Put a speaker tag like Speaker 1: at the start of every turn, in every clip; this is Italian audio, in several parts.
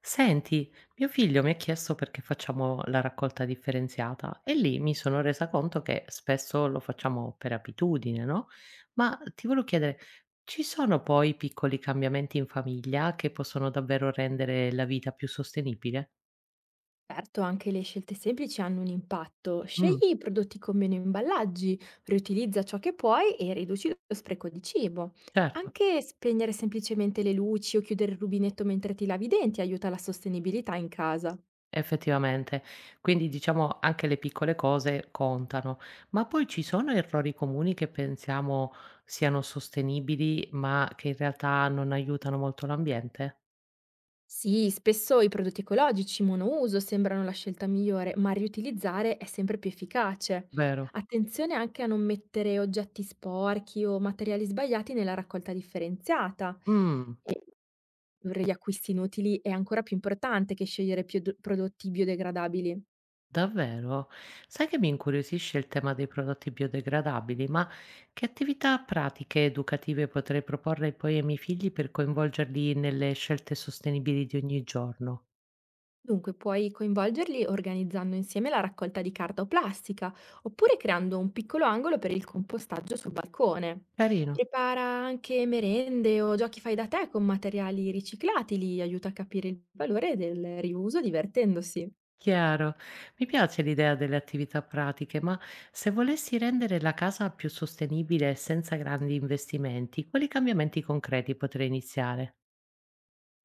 Speaker 1: Senti, mio figlio mi ha chiesto perché facciamo la raccolta differenziata e lì mi sono resa conto che spesso lo facciamo per abitudine, no? Ma ti volevo chiedere, ci sono poi piccoli cambiamenti in famiglia che possono davvero rendere la vita più sostenibile?
Speaker 2: Certo, anche le scelte semplici hanno un impatto.
Speaker 1: Mm,
Speaker 2: Scegli i prodotti con meno imballaggi, riutilizza ciò che puoi e riduci lo spreco di cibo.
Speaker 1: certo,
Speaker 2: Anche spegnere semplicemente le luci o chiudere il rubinetto mentre ti lavi i denti aiuta la sostenibilità in casa.
Speaker 1: effettivamente. Quindi diciamo anche le piccole cose contano, ma poi ci sono errori comuni che pensiamo siano sostenibili, ma che in realtà non aiutano molto l'ambiente?
Speaker 2: Sì, spesso i prodotti ecologici monouso sembrano la scelta migliore, ma riutilizzare è sempre più efficace.
Speaker 1: Vero?
Speaker 2: Attenzione anche a non mettere oggetti sporchi o materiali sbagliati nella raccolta differenziata.
Speaker 1: Mh,
Speaker 2: E riacquisti inutili è ancora più importante che scegliere piod prodotti biodegradabili.
Speaker 1: davvero? Sai che mi incuriosisce il tema dei prodotti biodegradabili, ma che attività pratiche educative potrei proporre poi ai miei figli per coinvolgerli nelle scelte sostenibili di ogni giorno?
Speaker 2: Dunque puoi coinvolgerli organizzando insieme la raccolta di carta o plastica, oppure creando un piccolo angolo per il compostaggio sul balcone.
Speaker 1: Carino,
Speaker 2: Prepara anche merende o giochi fai da te con materiali riciclati, li aiuta a capire il valore del riuso divertendosi.
Speaker 1: chiaro. Mi piace l'idea delle attività pratiche, ma se volessi rendere la casa più sostenibile senza grandi investimenti, quali cambiamenti concreti potrei iniziare?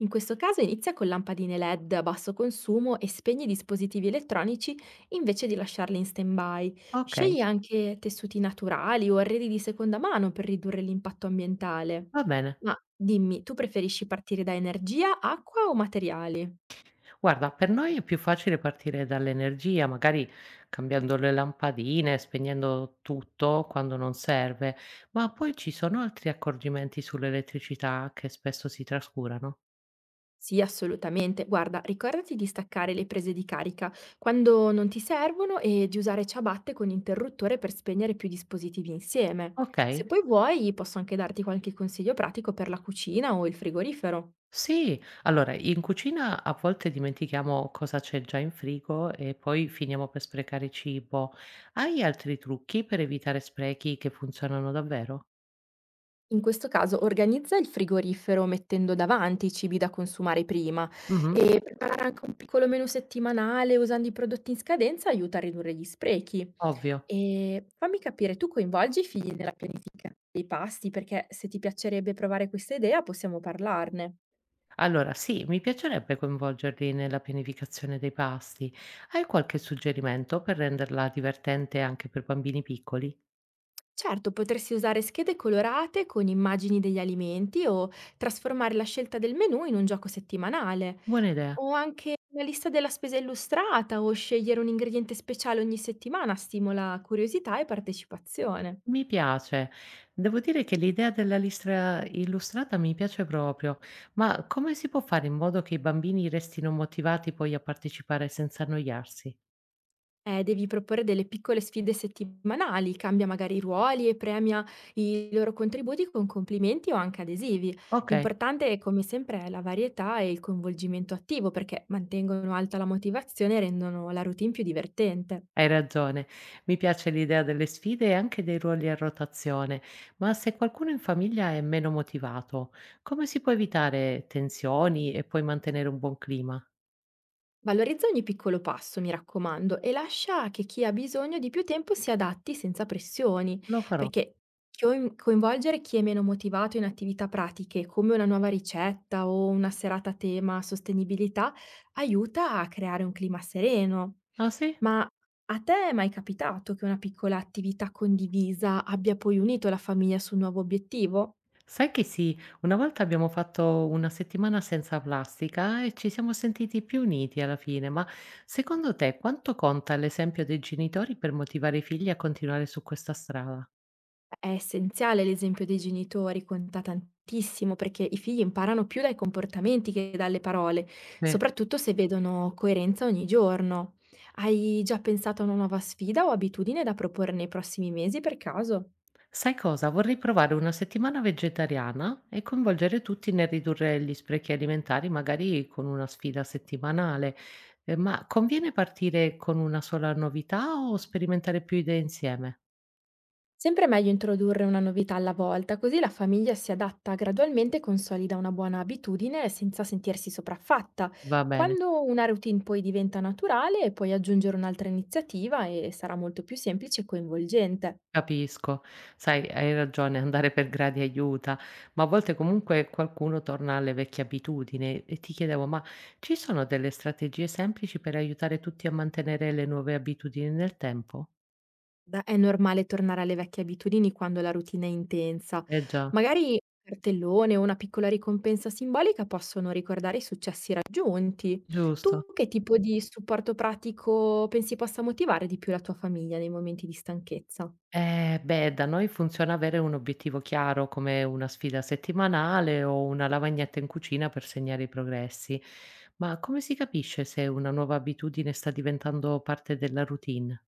Speaker 2: In questo caso inizia con lampadine LED a basso consumo e spegni i dispositivi elettronici invece di lasciarli in stand-by.
Speaker 1: Okay,
Speaker 2: Scegli anche tessuti naturali o arredi di seconda mano per ridurre l'impatto ambientale.
Speaker 1: va bene.
Speaker 2: Ma dimmi, tu preferisci partire da energia, acqua o materiali?
Speaker 1: Guarda, per noi è più facile partire dall'energia, magari cambiando le lampadine, spegnendo tutto quando non serve, ma poi ci sono altri accorgimenti sull'elettricità che spesso si trascurano.
Speaker 2: Sì, assolutamente. Guarda, ricordati di staccare le prese di carica quando non ti servono e di usare ciabatte con interruttore per spegnere più dispositivi insieme.
Speaker 1: Ok?
Speaker 2: Se poi vuoi, posso anche darti qualche consiglio pratico per la cucina o il frigorifero.
Speaker 1: Sì, allora in cucina a volte dimentichiamo cosa c'è già in frigo e poi finiamo per sprecare cibo. Hai altri trucchi per evitare sprechi che funzionano davvero?
Speaker 2: In questo caso organizza il frigorifero mettendo davanti i cibi da consumare prima
Speaker 1: Mhm.
Speaker 2: e preparare anche un piccolo menù settimanale usando i prodotti in scadenza aiuta a ridurre gli sprechi.
Speaker 1: Ovvio.
Speaker 2: E fammi capire, tu coinvolgi i figli nella pianifica dei pasti perché se ti piacerebbe provare questa idea possiamo parlarne.
Speaker 1: Allora, sì, mi piacerebbe coinvolgerli nella pianificazione dei pasti. Hai qualche suggerimento per renderla divertente anche per bambini piccoli?
Speaker 2: Certo, potresti usare schede colorate con immagini degli alimenti o trasformare la scelta del menù in un gioco settimanale.
Speaker 1: Buona idea,
Speaker 2: O anche una lista della spesa illustrata o scegliere un ingrediente speciale ogni settimana stimola curiosità e partecipazione.
Speaker 1: mi piace. Devo dire che l'idea della lista illustrata mi piace proprio, ma come si può fare in modo che i bambini restino motivati poi a partecipare senza annoiarsi?
Speaker 2: Devi proporre delle piccole sfide settimanali, cambia magari i ruoli e premia i loro contributi con complimenti o anche adesivi.
Speaker 1: Ok.
Speaker 2: L'importante, come sempre, è la varietà e il coinvolgimento attivo perché mantengono alta la motivazione e rendono la routine più divertente.
Speaker 1: Hai ragione. Mi piace l'idea delle sfide e anche dei ruoli a rotazione, ma se qualcuno in famiglia è meno motivato, come si può evitare tensioni e poi mantenere un buon clima?
Speaker 2: Valorizza ogni piccolo passo, mi raccomando, e lascia che chi ha bisogno di più tempo si adatti senza pressioni,
Speaker 1: Lo farò.
Speaker 2: perché coinvolgere chi è meno motivato in attività pratiche, come una nuova ricetta o una serata a tema sostenibilità, aiuta a creare un clima sereno.
Speaker 1: Ah sì?
Speaker 2: Ma a te è mai capitato che una piccola attività condivisa abbia poi unito la famiglia su un nuovo obiettivo?
Speaker 1: Sai che sì, una volta abbiamo fatto una settimana senza plastica e ci siamo sentiti più uniti alla fine, ma secondo te quanto conta l'esempio dei genitori per motivare i figli a continuare su questa strada?
Speaker 2: È essenziale l'esempio dei genitori, conta tantissimo, perché i figli imparano più dai comportamenti che dalle parole,
Speaker 1: Sì.
Speaker 2: soprattutto se vedono coerenza ogni giorno. Hai già pensato a una nuova sfida o abitudine da proporre nei prossimi mesi per caso?
Speaker 1: Sai cosa? Vorrei provare una settimana vegetariana e coinvolgere tutti nel ridurre gli sprechi alimentari, magari con una sfida settimanale. Ma conviene partire con una sola novità o sperimentare più idee insieme?
Speaker 2: Sempre è meglio introdurre una novità alla volta, così la famiglia si adatta gradualmente e consolida una buona abitudine senza sentirsi sopraffatta.
Speaker 1: Va bene,
Speaker 2: Quando una routine poi diventa naturale, puoi aggiungere un'altra iniziativa e sarà molto più semplice e coinvolgente.
Speaker 1: capisco. Sai, hai ragione, andare per gradi aiuta, ma a volte comunque qualcuno torna alle vecchie abitudini e ti chiedevo, ma ci sono delle strategie semplici per aiutare tutti a mantenere le nuove abitudini nel tempo?
Speaker 2: Da è normale tornare alle vecchie abitudini quando la routine è intensa.
Speaker 1: Eh già,
Speaker 2: Magari un cartellone o una piccola ricompensa simbolica possono ricordare i successi raggiunti.
Speaker 1: giusto.
Speaker 2: Tu che tipo di supporto pratico pensi possa motivare di più la tua famiglia nei momenti di stanchezza?
Speaker 1: Beh, da noi funziona avere un obiettivo chiaro, come una sfida settimanale o una lavagnetta in cucina per segnare i progressi. Ma come si capisce se una nuova abitudine sta diventando parte della routine?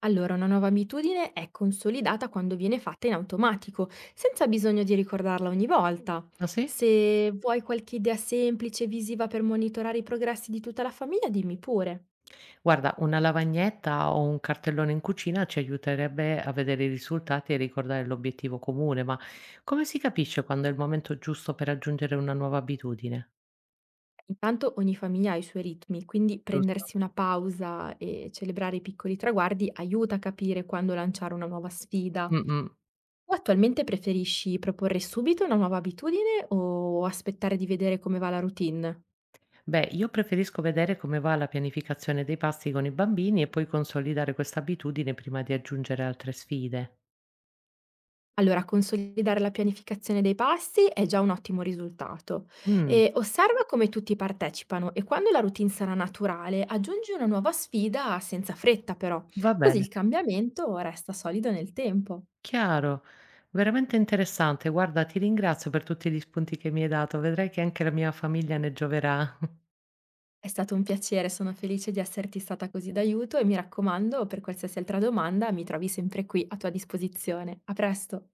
Speaker 2: Allora, una nuova abitudine è consolidata quando viene fatta in automatico, senza bisogno di ricordarla ogni volta.
Speaker 1: Ah sì?
Speaker 2: Se vuoi qualche idea semplice, visiva per monitorare i progressi di tutta la famiglia, dimmi pure.
Speaker 1: Guarda, una lavagnetta o un cartellone in cucina ci aiuterebbe a vedere i risultati e ricordare l'obiettivo comune, ma come si capisce quando è il momento giusto per aggiungere una nuova abitudine?
Speaker 2: Intanto ogni famiglia ha i suoi ritmi, quindi
Speaker 1: Giusto.
Speaker 2: prendersi una pausa e celebrare i piccoli traguardi aiuta a capire quando lanciare una nuova sfida.
Speaker 1: Mm, mm.
Speaker 2: Tu attualmente preferisci proporre subito una nuova abitudine o aspettare di vedere come va la routine?
Speaker 1: Beh, io preferisco vedere come va la pianificazione dei pasti con i bambini e poi consolidare questa abitudine prima di aggiungere altre sfide.
Speaker 2: Allora, consolidare la pianificazione dei passi è già un ottimo risultato.
Speaker 1: Mm,
Speaker 2: E osserva come tutti partecipano e quando la routine sarà naturale, aggiungi una nuova sfida senza fretta però,
Speaker 1: va
Speaker 2: così
Speaker 1: bene,
Speaker 2: il cambiamento resta solido nel tempo.
Speaker 1: chiaro. Veramente interessante. Guarda, ti ringrazio per tutti gli spunti che mi hai dato. Vedrai che anche la mia famiglia ne gioverà.
Speaker 2: È stato un piacere, sono felice di esserti stata così d'aiuto e mi raccomando, per qualsiasi altra domanda mi trovi sempre qui a tua disposizione. A presto!